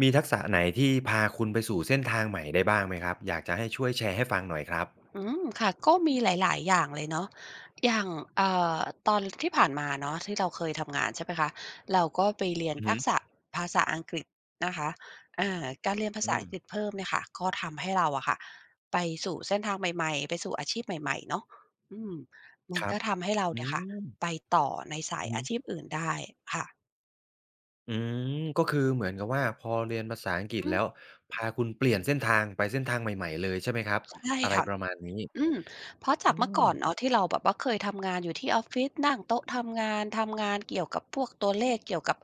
มีทักษะไหนที่พาคุณไปสู่เส้นทางใหม่ได้บ้างไหมครับ อยากจะให้ช่วยแชร์ให้ฟังหน่อยครับค่ะก็มีหลายๆอย่างเลยเนาะอย่างเอ่อตอนที่ผ่านมาเนาะที่เราเคยทำงานใช่ไหมคะเราก็ไปเรียนอือฮึทักษะภาษาอังกฤษนะคะอ่าการเรียนภาอืษาอัมงกฤษเพิ่มเนี่ยค่ะก็ทำให้เราอะค่ะไปสู่เส้นทางใหม่ๆไปสู่อาชีพใหม่ๆเนาะอืมมัคนรัก็บทำให้เราอืเนี่ยค่ะมไปต่อในสายอือฮึอาชีพอื่นได้ค่ะอืมก็คือเหมือนกับว่าพอเรียนภาษาอังกฤษอืมแล้วพาคุณเปลี่ยนเส้นทางไปเส้นทางใหม่ๆเลยใช่ไหมครับ ใช่อะไรค่ะ ประมาณนี้อืมเพราะจากอืเมื่อมก่อนเนาะที่เราแบบว่าเคยทำงานอยู่ที่ออฟฟิศนั่งโต๊ะทำงานทำงานเกี่ยวกับพวกตัวเลขเกี่ยวกับ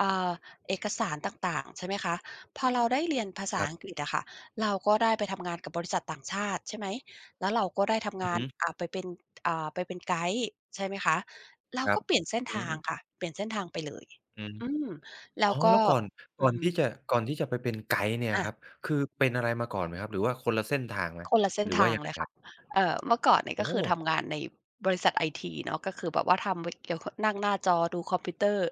อ่าเอกสารต่างๆใช่ไหมคะพอเราได้เรียนภาคษารัอังกบฤษอะค่ะเราก็ได้ไปทำงานกับบริษัทต่างชาติใช่ไหมแล้วเราก็ได้ทำอืองานฮึไปเป็นไปเป็นไกด์ใช่ไหมคะเราครัก็บเปลี่ยนเส้นอืทางมค่ะเปลี่ยนเส้นทางไปเลยอืมอืมอ๋แล้อวก็แล้วก่อน อืก่อนมที่จะไปเป็นไกด์เนี่ยอ่ะ ครับคือเป็นอะไรมาก่อนไหมครับ หรือว่าคนละเส้นทางไหมคนละเส้หนรือว่าทางยังไงเลยครัค่ะบเมื่อก่อนเนี่ยก็โอ้คือทำงานในบริษัทไอทีเนาะก็คือแบบว่าทำเกี่ยวกับนั่งหน้าจอดูคอมพิวเตอร์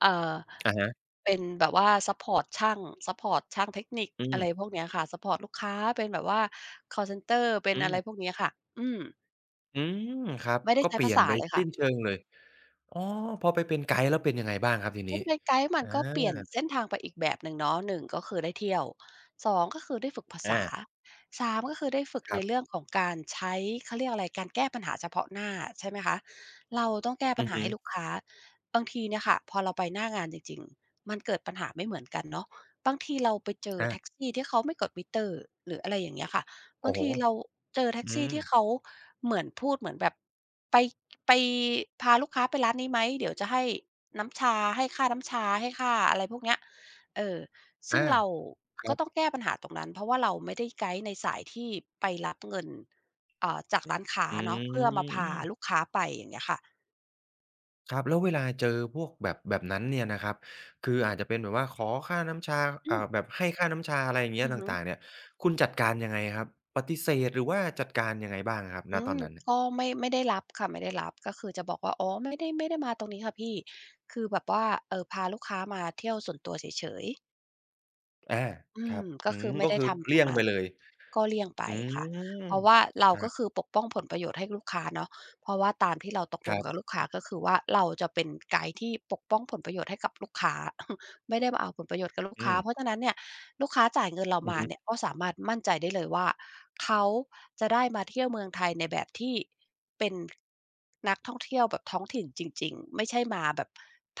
เอ่ออะฮะเป็นแบบว่าซัปพอร์ตช่างเทคนิคอืมอะไรพวกเนี้ยค่ะซัปพอร์ตลูกค้าเป็นแบบว่าคอลเซนเตอร์เป็นอือะไรพม วกเนี้ยค่ะ อืม อืมครับไม่ได้ก็ใช้เปภาลี่ยนษาไปเลยค่ะ สิ้นเชิงเลยอ๋อพอไปเป็นไกด์แล้วเป็นยังไงบ้างครับทีนี้ถ้าเป็นไกด์มันอาก็เปลี่ยนเส้นทางไปอีกแบบหนึ่งเนาะหนึ่งก็คือได้เที่ยวสองก็คือได้ฝึกภาอาษาสามก็คือได้ฝึกคในรัเรื่อบงของการใช้เขาเรียกอะไรการแก้ปัญหาเฉพาะหน้าใช่ไหมคะเราต้องแก้ปัอืญอหาฮึให้ลูกค้าบางทีเนี่ยค่ะพอเราไปหน้างานจริงๆมันเกิดปัญหาไม่เหมือนกันเนาะบางทีเราไปเจอแท็กอาซี่ที่เขาไม่กดมิเตอร์หรืออะไรอย่างเงี้ยค่ะบางโอ้โฮทีเราเจอแท็กอืซี่มที่เขาเหมือนพูดเหมือนแบบไปไปพาลูกค้าไปร้านนี้ไหมเดี๋ยวจะให้ น้ำชาให้ค่าน้ำชาให้ค่าอะไรพวกเนี้ยเออซึ่งอาเราคก็รับต้องแก้ปัญหาตรงนั้นเพราะว่าเราไม่ได้ไกด์ในสายที่ไปรับเงินจากร้านค้าอืเนาะเพื่อมาพาลูกมค้าไปอย่างเงี้ยค่ะครับแล้วเวลาเจอพวกแบบนั้นเนี่ยนะครับคืออาจจะเป็นแบบว่าขอค่าน้ำชาอืมอ่าแบบให้ค่าน้ำชาอะไรอย่างเงี้ยอือฮึต่างๆเนี่ยคุณจัดการยังไงครับปฏิเสธหรือว่าจัดการยังไงบ้างครับณอืตอมนนั้นก็ไม่ได้รับค่ะไม่ได้รับก็คือจะบอกว่าอ๋อไม่ได้ไม่ได้มาตรงนี้ค่ะพี่คือแบบว่าพาลูกค้ามาเที่ยวส่วนตัวเฉยๆ อาอืครัมบก็อืคืมอไม่ก็ได้คือทำตรเลี่งยงนั้ไปนเลยก็เลี่ยงไปอืค่ะเพมราะว่าเราครัก็บคือปกป้องผลประโยชน์ให้ลูกค้าเนาะเพราะว่าตามที่เราตกคลงรักับลูบกค้าก็คือว่าเราจะเป็นไกด์ที่ปกป้องผลประโยชน์ให้กับลูกค้า ไม่ได้มาเอาผลประโยชน์กับลูกอืค้าม เพราะฉะนั้นเนี่ยลูกค้าจ่ายเงินเราอือมาฮึเนี่ยก็สามารถมั่นใจได้เลยว่าเขาจะได้มาเที่ยวเมืองไทยในแบบที่เป็นนักท่องเที่ยวแบบท้องถิ่นจริงๆไม่ใช่มาแบบ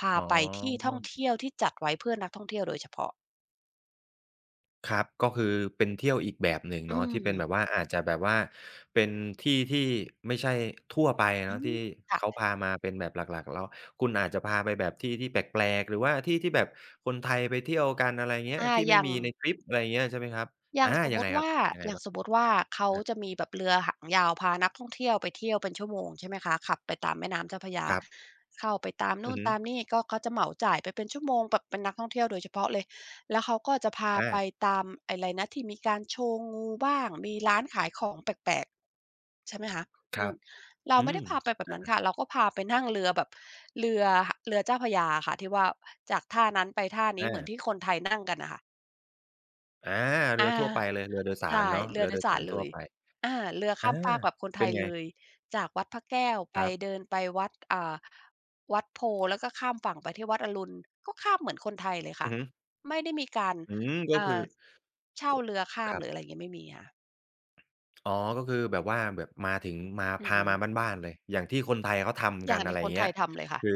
พาอ๋ไปที่ท่อองเที่ยวที่จัดไว้เพื่อนักท่องเที่ยวโดยเฉพาะครับก็คือเป็นเที่ยวอีกแบบหนึ่งอืเนาะที่เป็นแบบม ว่าอาจจะแบบว่าเป็นที่ที่ไม่ใช่ทั่วไปอืเนาะมที่ค่ะเขาพามาเป็นแบบหลักๆแล้วคุณอาจจะพาไปแบบที่ที่แปลกๆหรือว่าที่ที่แบบคนไทยไปเที่ยวกันอะไรเงี้ยอาที่อไม่ย่างมีในทริปอะไรเงี้ยใช่ไหมครับอย่าอางสมยังมุไงติครับว่ายังไงอย่างบ้างสมมุติว่าเขาอาจะมีแบบเรือหางยาวพานักท่องเที่ยวไปเที่ยวเป็นชั่วโมงใช่ไหมคะขับไปตามแม่น้ำเจ้าพระยาครับเข้าไปตามอืนู่อนฮึตามนี่ก็เขาจะเหมาจ่ายไปเป็นชั่วโมงแบบเป็นนักท่องเที่ยวโดยเฉพาะเลยแล้วเขาก็จะพาอาไปตามอะไรนะที่มีการโชว์งูบ้างมีร้านขายของแปลกๆใช่ไหมคะคอืรัมบเราอืไม่ได้มพาไปแบบนั้นค่ะเราก็พาไปนั่งเรือแบบเรือเจ้าพระยาอะค่ะที่ว่าจากท่านั้นไปท่านี้อาเหมือนที่คนไทยนั่งกันน่ะค่ะ อาเรืออาทั่วไปเลยเรือโดยสารใช่เนาะเรือเรือโดโดยยสาสารรเลทั่วยไปอาเรือข้าอามฟากแบบคนไทเป็นยไงเลยจากวัดพระแก้วไปครัเดิบนไปวัดวัดโพธิ์แล้วก็ข้ามฝั่งไปที่วัดอรุณก็ข้ามเหมือนคนไทยเลยอืค่ะอฮึไม่ได้มีการอืมก็คือ่าอ เช่าก็เรือข้าคมรัหบรืออะไรอย่างงี้ไม่มีค่ะอ๋อก็คือแบบว่าแบบมาถึงมาอือพาฮึมาบ้านๆเลย อย่างที่คนไทยเขาอทำกัย่านงอะที่ไรอคย่านงไทเงี้ยยทำเลยค่ะคือ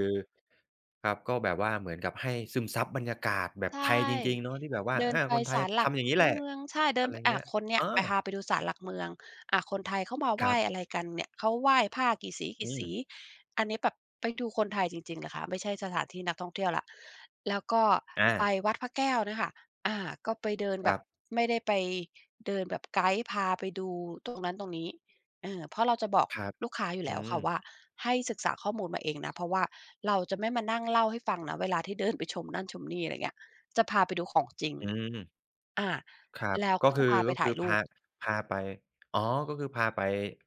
ครับก็แบบว่าเหมือนกับให้ซึมซับบรรยากาศแบบใชไทย่ จริงๆเนาะที่แบบว่าเดินอาไปคนไทยศาลหลักทำอย่างงี้แหละเมืองใช่เดิอะนไรอาเงี้ยคนเนี่เอยอไปพาไปดูศาลหลักเมืองอาคนไทยเขามาคไหรัว้อะบไรกันเนี่ยเขาไหว้ผ้ากี่สีกีอืมสีอันนี้แบบไปดูคนไทยจริงๆเลยค่ะไม่ใช่สถานที่นักท่องเที่ยวแล้วแล้วก็อาไปวัดพระแก้วเนี่ยค่ะอาก็ไปเดินคแบรับบไม่ได้ไปเดินแบบไกด์พาไปดูตรงนั้นตรงนี้เออเพราะเราจะบอกครับลูกค้าอยู่แล้อืวมค่ะว่าให้ศึกษาข้อมูลมาเองนะเพราะว่าเราจะไม่มานั่งเล่าให้ฟังนะเวลาที่เดินไปชมนั่นชมนี่อะไรเงี้ย จะพาไปดูของจริงอืม อาครับแล้วก็ก็จะคือพาไปถ่ายรูพาปพาไปอ๋อก็คือพาไป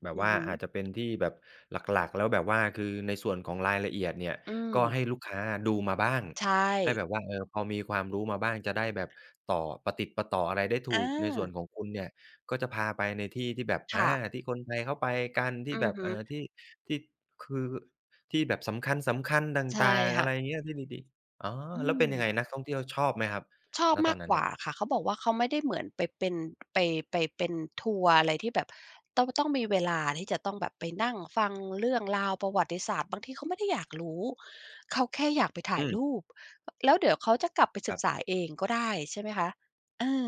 แบบอือว่าฮึอาจจะเป็นที่แบบหลักๆแล้วแบบว่าคือในส่วนของรายละเอียดเนี่ยอืมก็ให้ลูกค้าดูมาบ้างใช่ให้แบบว่าเออพอมีความรู้มาบ้างจะได้แบบต่อประติดประต่ออะไรได้อถูกในส่วนของาคุณเนี่ยก็จะพาไปในที่ที่แบบอาค่ะที่คนไทยเข้าไปกันที่อืแบอบฮึที่ที่คือที่แบบสำคัญๆตใช่่างๆอะค่ะไรอย่างเงี้ยที่ดีๆอ๋ออืแล้วมเป็นยังไงนักท่องเที่ยวชอบไหมครับชอบณตอมากนนั้กนเนี่ว่ายค่ะเขาบอกว่าเขาไม่ได้เหมือนไปเป็นไปไปเป็นทัวร์อะไรที่แบบต้องมีเวลาที่จะต้องแบบไปนั่งฟังเรื่องราวประวัติศาสตร์บางทีเขาไม่ได้อยากรู้ เขาแค่อยากไปอืถ่ายมรูปแล้วเดี๋ยวเขาจะกลับไปคศึกรัษาบ เองก็ได้ใช่ไหมคะเออ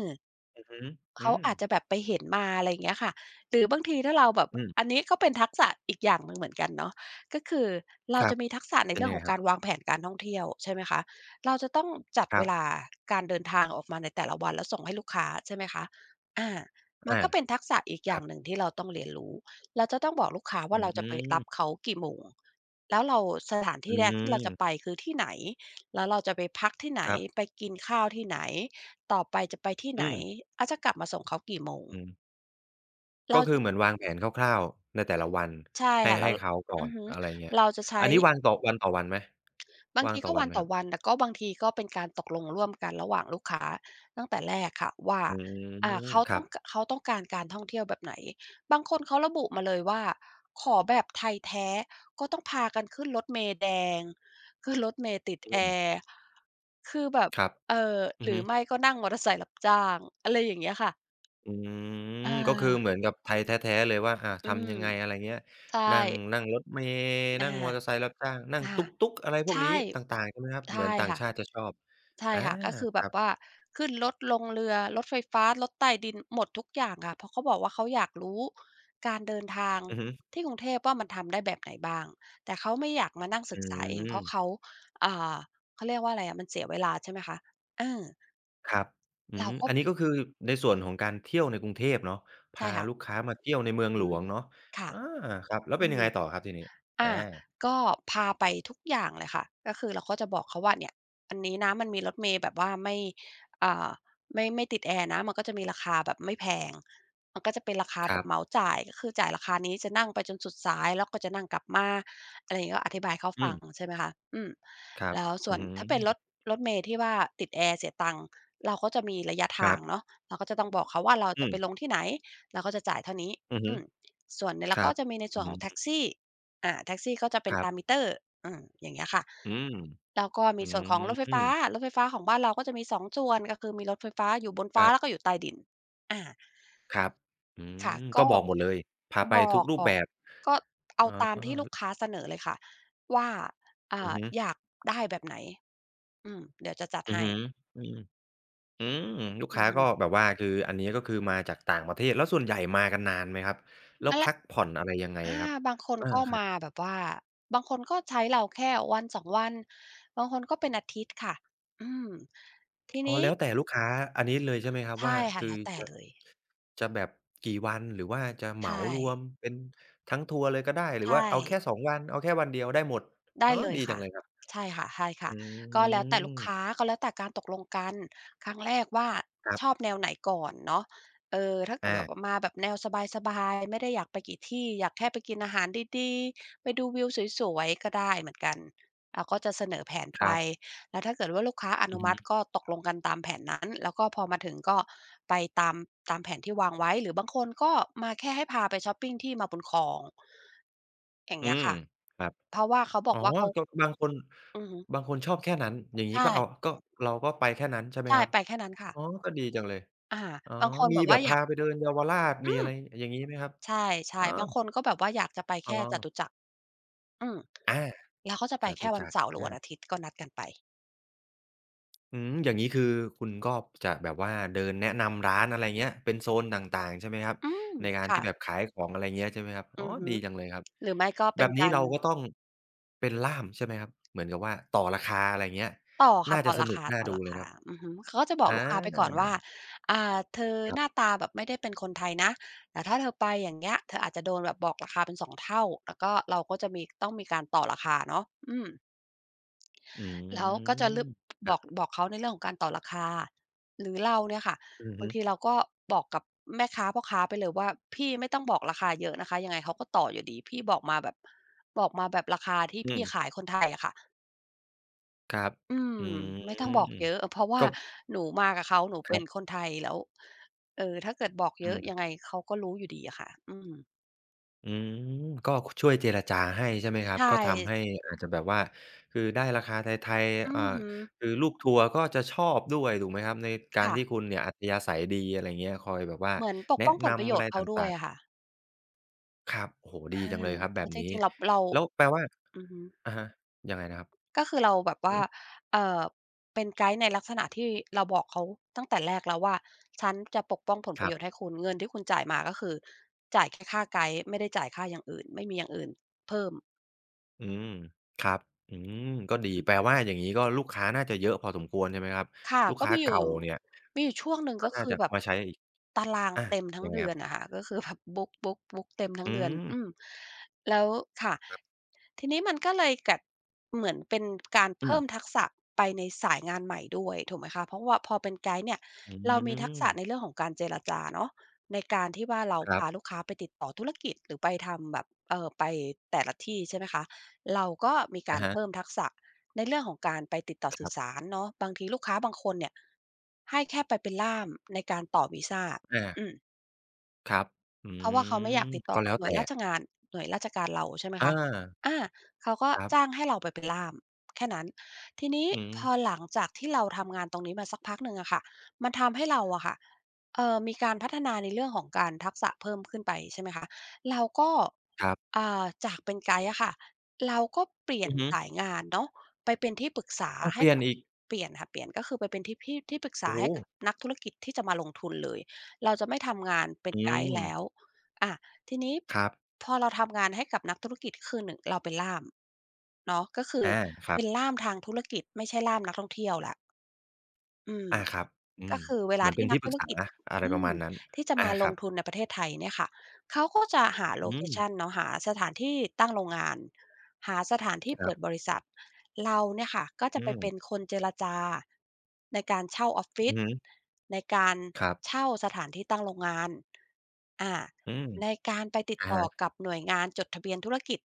อืมอืเขามอาจจะแบบไปเห็นมาอะไรอย่างเงี้ยค่ะหรือบางทีถ้าเราแบบอือัมนนี้ก็เป็นทักษะอีกอย่างหนึ่งเหมือนกันเนาะก็คือเราครัจะบมีทักษะในเป็นเรื่อยังงขไงองครับการวางแผนการท่องเที่ยวใช่ไหมคะเราจะต้องจัดคเวรัลาบการเดินทางออกมาในแต่ละวันแล้วส่งให้ลูกค้าใช่ไหมคะอามันอาก็เป็นทักษะอีกอครัย่างบหนึ่งที่เราต้องเรียนรู้ เราจะต้องบอกลูกค้าอืว่าเราจะไปรับมเขากี่โมงแล้วเราสถานอืที่แรกที่เราจะไปมคือที่ไหนแล้วเราจะไปพักที่ไหนครัไปบกินข้าวที่ไหน ต่อไปจะไปที่ไหนอืมอล้วจะกลับมาส่งเขากี่โมงอืมก็เราคืจะอเหมือนวางแผนคร่าวๆในแต่ละวันใช่ให้ค่ะแล้ให้วเขาก่ออืนอฮึอะไรเงี้ย เราจะใช้อันนี้วางต่อวันต่อวันไหมบางวางทีต่อก็วัวันนไหมต่คอรัวับนแต่ก็บางทีก็เป็นการตกลงร่วมกันระหว่างลูกค้าตั้งแต่แรกค่ะว่าอืมครับเขาต้องการการท่องเที่ยวแบบไหนบางคนเขาระบุมาเลยว่าขอแบบไทยแท้ก็ต้องพากันขึ้นรถเมล์แดงขึ้นรถเมล์ติดอืแอมร์คือแบบครับเอ่ออืหอรืฮึ อไม่ก็นั่งมอเตอร์ไซค์รับจ้างอะไรอย่างเงี้ยค่ะอืมอาก็คือเหมือนกับไทยแท้ๆเลยว่าอ่าอืมทำยังไงอะไรเงี้ยใช่ นั่งนั่งรถเมล์นั่งมออาเตอร์ไซค์รับจ้างนั่งค่ะตุ๊กๆอะไรพวกนี้ใช่ต่างๆใช่ไหมครับเหใช่มือนต่างค่ะชาติจะชอบใช่อาค่ะก็คือคแบรับบว่าขึ้นรถลงเรือรถไฟฟ้ารถใต้ดินหมดทุกอย่างค่ะเพราะเขาบอกว่าเขาอยากรู้การเดินทางอือฮึที่กรุงเทพว่ามันทำได้แบบไหนบ้างแต่เขาไม่อยากมานั่งศึอืกษาเองเพราะเขามอ่าเขาเรียกว่าอะไรอะมันเสียเวลาใช่ไหมคะเออครับอืเรามก็อันนี้ก็คือในส่วนของการเที่ยวในกรุงเทพเนาะใช่พาค่ะลูกค้ามาเที่ยวในเมืองอืหลอฮึวงเนาะค่ะอาครับแล้วเป็อืนยัม งไงต่อครับทีนี้อาอาก็พาไปทุกอย่างเลยค่ะก็คือเราก็จะบอกเขาว่าเนี่ยอันนี้นะมันมีรถเมล์แบบว่าไม่อ่าไม่ติดแอร์นะมันก็จะมีราคาแบบไม่แพงมันก็จะเป็นราคาคแบรับเหมาบจ่ายก็คือจ่ายราคานี้จะนั่งไปจนสุดสายแล้วก็จะนั่งกลับมาอะไรอย่างงี้ก็อธิบายให้เขาอืฟังมใช่ไหมคะอืมครับแล้วส่วอืนอฮึถ้าเป็นรถรถเมล์ที่ว่าติดแอร์เสียตังค์เราก็จะมีระยะคทารังบเนาะเราก็จะต้องบอกเขาว่าเราอืจะไปลงมที่ไหนเราก็จะจ่ายเท่านี้อืออืฮึมส่วนเนี่ยแล้ควก็รับจะมีในส่อืวนของมแท็กซี่ อ่าแท็กซี่ก็จะเป็คนรัตามมิบเตอร์อืมอย่างเงี้ยค่ะอืมแล้วก็มีอืส่วนของรถไฟม ฟ้ารถไฟฟ้าของบ้านเราก็จะมี2ส่วนก็คือมีรถไฟฟ้าอยู่บนคฟ้ารัแล้วก็บอยู่ใต้ดินอาครับอืค่ะมก็ก็บอกหมดเลยพาไปบอทุกกรูบปอกแบบก็เอาอาตามอที่ลูกค้าเสนอเลยค่ะว่าอืออ่าฮึอยากได้แบบไหนอืมเดี๋ยวจะจัดอือให้ฮึอืมอืมลูกอือค้าฮึก็แบบว่าคืออันนี้ก็คือมาจากต่างประเทศแล้วส่วนใหญ่มากันนานไหมครับแล้วนั่นแหพัละกผ่อนอะไรยังไงอาครับบางคนอาก็ครับมาแบบว่าบางคนก็ใช้เราแค่วันสองวันบางคนก็เป็นอาทิตย์ค่ะอืมทีอ๋อนี้แล้วแต่ลูกค้าอันนี้เลยใช่ไหมครับว่าใช่ค่ะคือแล้วแต่จะเลย จะแบบกี่วันหรือว่าจะเหมาใช่รวมเป็นทั้งทัวร์เลยก็ได้หรือว่าใช่เอาแค่2 วันเอาแค่วันเดียวได้หมดได้อ๋อเลยดีจัค่ะ งเลยครับใช่ค่ะใช่ค่ะอืก็แล้วแต่ลูกค้ามก็แล้วแต่การตกลงกันครั้งแรกว่าครัชอบบแนวไหนก่อนเนาะเออถ้าเกิดแบบอาว่ามาแบบแนวสบายๆไม่ได้อยากไปกี่ที่ อยากแค่ไปกินอาหารดีๆไปดูวิวสวยๆก็ได้เหมือนกันเราก็จะเสนอแผนคไป รับแล้วถ้าเกิดว่าลูกค้าออืนุอฮึ มัติก็ตกลงกันตามแผนนั้น แล้วก็พอมาถึงก็ไปตามตามแผนที่วางไว้หรือบางคนก็มาแค่ให้พาไปชอปปิงที่มาบุญครองอย่างอืเงี้ยมค่ะ ครับเพราะว่าเขาบอ๋อกอว่าเขาก็บางคนอือฮึชอบแค่นั้นอย่างงี้ใช่ก็เอาก็เราก็ไปแค่นั้นใช่ไหมใช่ครับไปแค่นั้นค่ะอ๋อก็ดีจังเลยอาอ๋อบางคนมีแบบแบว่าบอยาพากไปเดินเยาวราชมีอือะมไรอย่างงี้ไหมครับใช่อ๋อๆบางคนก็แบบว่าอยากจะไปอ๋อแค่จตุจักรอืมอาแล้วก็จะไปจแค่ตุวันจักรเสาร์หรืออา วันอาทิตย์ก็นัดกันไปอืมอย่างงี้คือคุณก็จะแบบว่าเดินแนะนำร้านอะไรเงี้ยเป็นโซนต่างๆใช่ไหมครับอืมในการค่ะที่แบบขายของอะไรเงี้ยใช่ไหมครับอ๋ออือฮึดีจังเลยครับหรือไม่ก็แบเป็นบนี้การเราก็ต้องเป็นล่ามใช่ไหมครับเหมือนกับว่าต่อราคาอะไรเงี้ยต่อค่ะน่าต่จะอสรานุกคาน่าต่อดูราเลยนะคาครับอือฮึเขาก็จะบออกลูกค้าไปก่อนาว่าอ่าเธอครัหน้าบตาแบบไม่ได้เป็นคนไทยนะแต่ถ้าเธอไปอย่างเงี้ยเธออาจจะโดนแบบบอกราคาเป็นสองเท่าแล้วก็เราก็จะมีต้องมีการต่อราคาเนาะอืม อืแล้วก็มจะเลือกคบรัอกบเขาในเรื่องของการต่อราคาหรือเราเนี่ยค่ะอือบาฮึงทีเราก็บอกกับแม่ค้าพ่อค้าไปเลยว่าพี่ไม่ต้องบอกราคาเยอะนะคะยังไงเขาก็ต่ออยู่ดีพี่บอกมาแบบราคาที่อืพี่มขายคนไทยอะค่ะครับอืมอืไม่ต้องบอกมเยอะเพราะว่าก็หนูมากับเขาหนูคเป็รันคบนไทยแล้วถ้าเกิดบอกเยอือะยังไงม เขาก็รู้อยู่ดีอะค่ะอืมอืมก็ช่วยเจรจาให้ใช่ไหมครับใช่ก็ทำให้อาจจะแบบว่าคือได้ราคาไทยอืๆอฮึคือลูกทัวร์ก็จะชอบด้วยถูกไหมครับในการค่ะที่คุณเนี่ยอัธยาศัยดีอะไรเงี้ยคอยแบบว่าเหมือนปกแนะป้องผลประนำโยอะชไรน์ตเขาด้วย่างอะค่ะๆครับโอ้โฮเอดีจังเลอยครับเพแบราะบจนี้ริงๆเราแล้วแปลว่าอือฮึ อะฮะยังไงนะครับก็คือเราแบบอืว่ามเอ่อเป็นไกด์ในลักษณะที่เราบอกเขาตั้งแต่แรกแล้วว่าฉันจะปกป้องผลปคระรัโยชน์ให้บคุณเงินที่คุณจ่ายมาก็คือจ่ายแค่ค่าไกด์ไม่ได้จ่ายค่าอย่างอื่นไม่มีอย่างอื่นเพิ่ม อืมครับอืมก็ดีแปลว่าอย่างงี้ก็ลูกค้าน่าจะเยอะพอสมควรใช่ไหมครับค่ะลูกก็ค้ามีอยู่เก่าเนี่ยช่วงหนึ่งก็ก็น่าคือจะแบบมาใช้อีกตารางอาเต็มทั้งยังไงเดืคอรันอะบค่ะก็คือแบบบุ๊กเต็มทั้งอืเดือนมอืมแล้วค่ะทีนี้มันก็เลยกัดเหมือนเป็นการอืเพิ่มม ทักษะไปในสายงานใหม่ด้วยถูกไหมคะเพราะว่าพอเป็นไกด์เนี่ยอืเรามีทักมษะในเรื่องของการเจรจาเนาะในการที่ว่าเราครับพาลูกค้าไปติดต่อธุรกิจหรือไปทำแบบไปแต่ละที่ใช่ไหมคะเราก็มีกาอะรเพิ่มฮะทักษะ ในเรื่องของการไปติดต่อคสื่รัอสาบรเนาะบางทีลูกค้าบางคนเนี่ยให้แค่ไปเป็นล่ามในการต่อวีซาอาอืม ครับอืเพราะว่าเขาไม่มอยากติดต่อก็กัแล้บวหน่วแต่ยราชงานหน่วยราชการเราใช่ไหมคะอาอาเขาก็ครับจ้างให้เราไปเป็นล่ามแค่นั้น ทีนี้อืมพอหลังจากที่เราทำงานตรงนี้มาสักพักหนึ่งอะค่ะมันทำให้เราอะค่ะมีการพัฒนาในเรื่องของการทักษะเพิ่มขึ้นไปใช่ไหมคะเราก็ครับจากเป็นไกด์อะค่ะเราก็เปลี่ยอืนอฮึสายงานเนาะไปเป็นที่ปรึกษาอ้าวเปให้ลี่ยนกับอีกเปลี่ยนค่ะเปลี่ยนก็คือไปเป็นที่ปรึกษาโอ้โฮให้กับนักธุรกิจที่จะมาลงทุนเลยเราจะไม่ทำงานเป็นอืไกด์มแล้ว อะทีนี้ครับพอเราทำงานให้กับนักธุรกิจคือ1เราเป็นล่ามเนาะก็คืออาครับเป็นล่ามทางธุรกิจไม่ใช่ล่ามนักท่องเที่ยวและอืมอาครับอืก็มคือเวเหลามือนเป็ที่นนัที่กปธุรึกรษากิจอะไรอืประมมาณนั้นที่จะอามาลครังบทุนในประเทศไทยเนี่ยค่ะเขาก็จะหาโลอืเคมชันเนาะหาสถานที่ตั้งโรงงานหาสถานที่คเปิรัดบบริษัทเราเนี่ยค่ะก็จะอืไปเป็มนคนเจรจาในการเช่าออฟฟิอืศอฮึในการครับเช่าสถานที่ตั้งโรงงาน อาอืมในการไปติดอะต่อฮะกับหน่วยงานจดทะเบียนธุรกิจ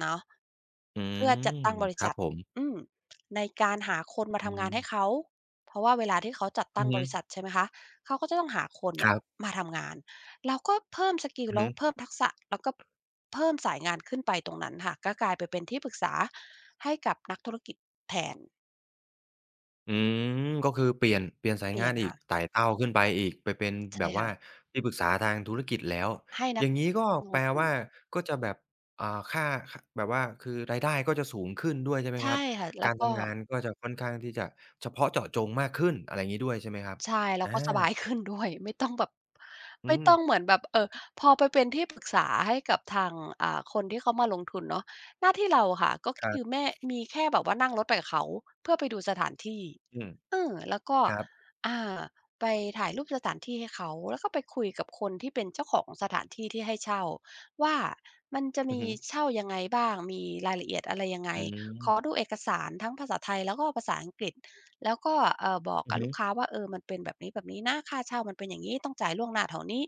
เนาะอืเพื่อจัมดตั้งบริครัษับทผมอืมในการหาคนมาอืทำงานให้มเขาเพราะว่าเวลาที่เขาจัดอืตั้องบฮึริษัทใช่ไหมคะเขาก็จะต้องหาคนคเนี่ยรับมาทำงานเราก็เพิ่มสกิลอือแล้ฮึ วเพิ่มทักษะแล้วก็เพิ่มสายงานขึ้นไปตรงนั้นค่ะก็กลายไปเป็นที่ปรึกษาให้กับนักธุรกิจแทนอืมก็คือเปลี่ยนเปลี่ยนสาเปยลี่งายนนอีกค่ะไต่เต้าขึ้นไปอีกไปเป็นแบใช่บว่าค่ะที่ปรึกษาทางธุรกิจแล้วให้อนักย่างงี้ก็ลแปงลทุนว่าก็จะแบบอ่าค่าคแบบว่าคือรายได้ก็จะสูงขึ้นด้วยใช่ไหมครัใช่บค่ะแล้กาวรก็ ทำงานก็จะค่อนข้างที่จะเฉพาะเจาะจงมากขึ้นอะไรงี้ด้วยใช่ไหมครับใช่แล้วอาก็สบายขึ้นด้วย ไม่ต้องแบบอืไม่มต้องเหมือนแบบเอ่อพอไปเป็นที่ปรึกษาให้กับทางคนที่เขามาลงทุนเนาะหน้าที่เราอะค่ะก็ครัคือบแม่มีแค่แบบว่านั่งรถไปกับเขาเพื่อไปดูสถานที่อืมเออแล้วก็ครับอ่าไปถ่ายรูปสถานที่ให้เขาแล้วก็ไปคุยกับคนที่เป็นเจ้าของสถานที่ที่ให้เช่าว่ามันจะอือมีฮึเช่ายังไงบ้างมีรายละเอียดอะไรยังไงอืขอมดูเอกสารทั้งภาษาไทยแล้วก็ภาษาอังกฤษ แล้วก็บอกอืกัอบฮึลูกค้าว่าเออมันเป็นแบบนี้ๆนนะค่าเช่ามันเป็นอย่างงี้ต้องจ่ายล่วงหน้าเท่านี้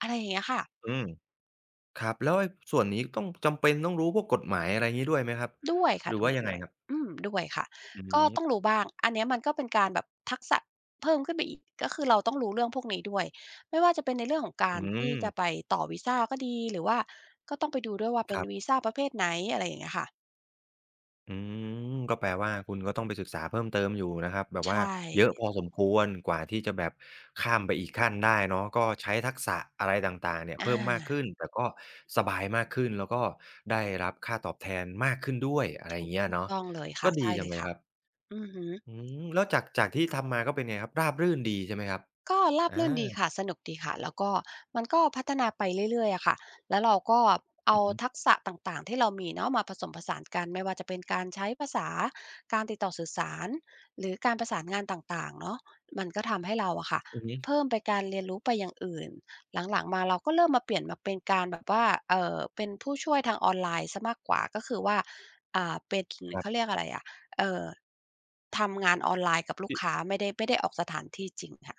อะไรอย่างเงี้ยค่ะอืมครับแล้วไอ้ส่วนนี้ต้องจำเป็นต้องรู้พวกกฎหมายอะไรงี้ด้วยไหมครับด้วยหค่ะรืตอรงว่านี้ยังไงด้วยครับอืมด้วยค่ะอืก็ต้องมรู้บ้างอันเนี้ยมันก็เป็นการแบบทักษะเพิ่มขึ้นไปอีกก็คือเราต้องรู้เรื่องพวกนี้ด้วยไม่ว่าจะเป็นในเรื่องของกาอืรที่จะไปมต่อวีซาก็ดีหรือว่าก็ต้องไปดูด้วยว่าคเป็นรัวีบ ซาประเภทไหนอะไรอย่างเงี้ยค่ะอืมก็แปลว่าคุณก็ต้องไปศึกษาเพิ่มเติมอยู่นะครับแบบว่าใช่เยอะะพอสมควรกว่าที่จะแบบข้ามไปอีกขั้นได้เนาะก็ใช้ทักษะอะไรต่างๆเนี่ยเพิ่มมากอาขึ้นแต่ก็สบายมากขึ้นแล้วก็ได้รับค่าตอบแทนมากขึ้นด้วยอะไรอถูย่างกเงี้ยเนาะต้องเลยก็ค่ะดีใช่จัเลงยเลยค่ะครับอือฮึ อืมแล้วจากที่ทำมาก็เป็นไงครับราบรื่นดีใช่ไหมครับก็ราบอารื่นดีค่ะสนุกดีค่ะแล้วก็มันก็พัฒนาไปเรื่อยๆอะค่ะแล้วเราก็อืเอาอฮึทักษะต่างๆที่เรามีเนาะมาผสมผสานกันไม่ว่าจะเป็นการใช้ภาษาการติดต่อสื่อสารหรือการประสานงานต่างๆเนาะมันก็ทำให้เราอะค่ะอือฮึเพิ่มไปการเรียนรู้ไปอย่างอื่นหลังๆมาเราก็เริ่มมาเปลี่ยนมาเป็นการแบบว่าเป็นผู้ช่วยทางออนไลน์เสียมากกว่าก็คือว่าเป็นครัเขาเรีบ ยกอะไรอะเอ่อทำงานออนไลน์กับลูกค้าไม่ได้ออกสถานที่จริงค่ะ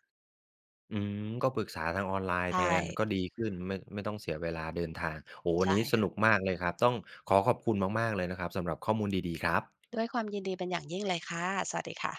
อืมก็ปรึกษาทางออนไลน์แทใช่นก็ดีขึ้นไม่ต้องเสียเวลาเดินทางโอ้โฮวันใช่นี้สค่ะนุกมากเลยครับต้องขอบคุณมากๆเลยนะครับสำหรับข้อมูลดีๆครับด้วยความยินดีเป็นอย่างยิ่งเลยค่ะสวัสดีค่ะ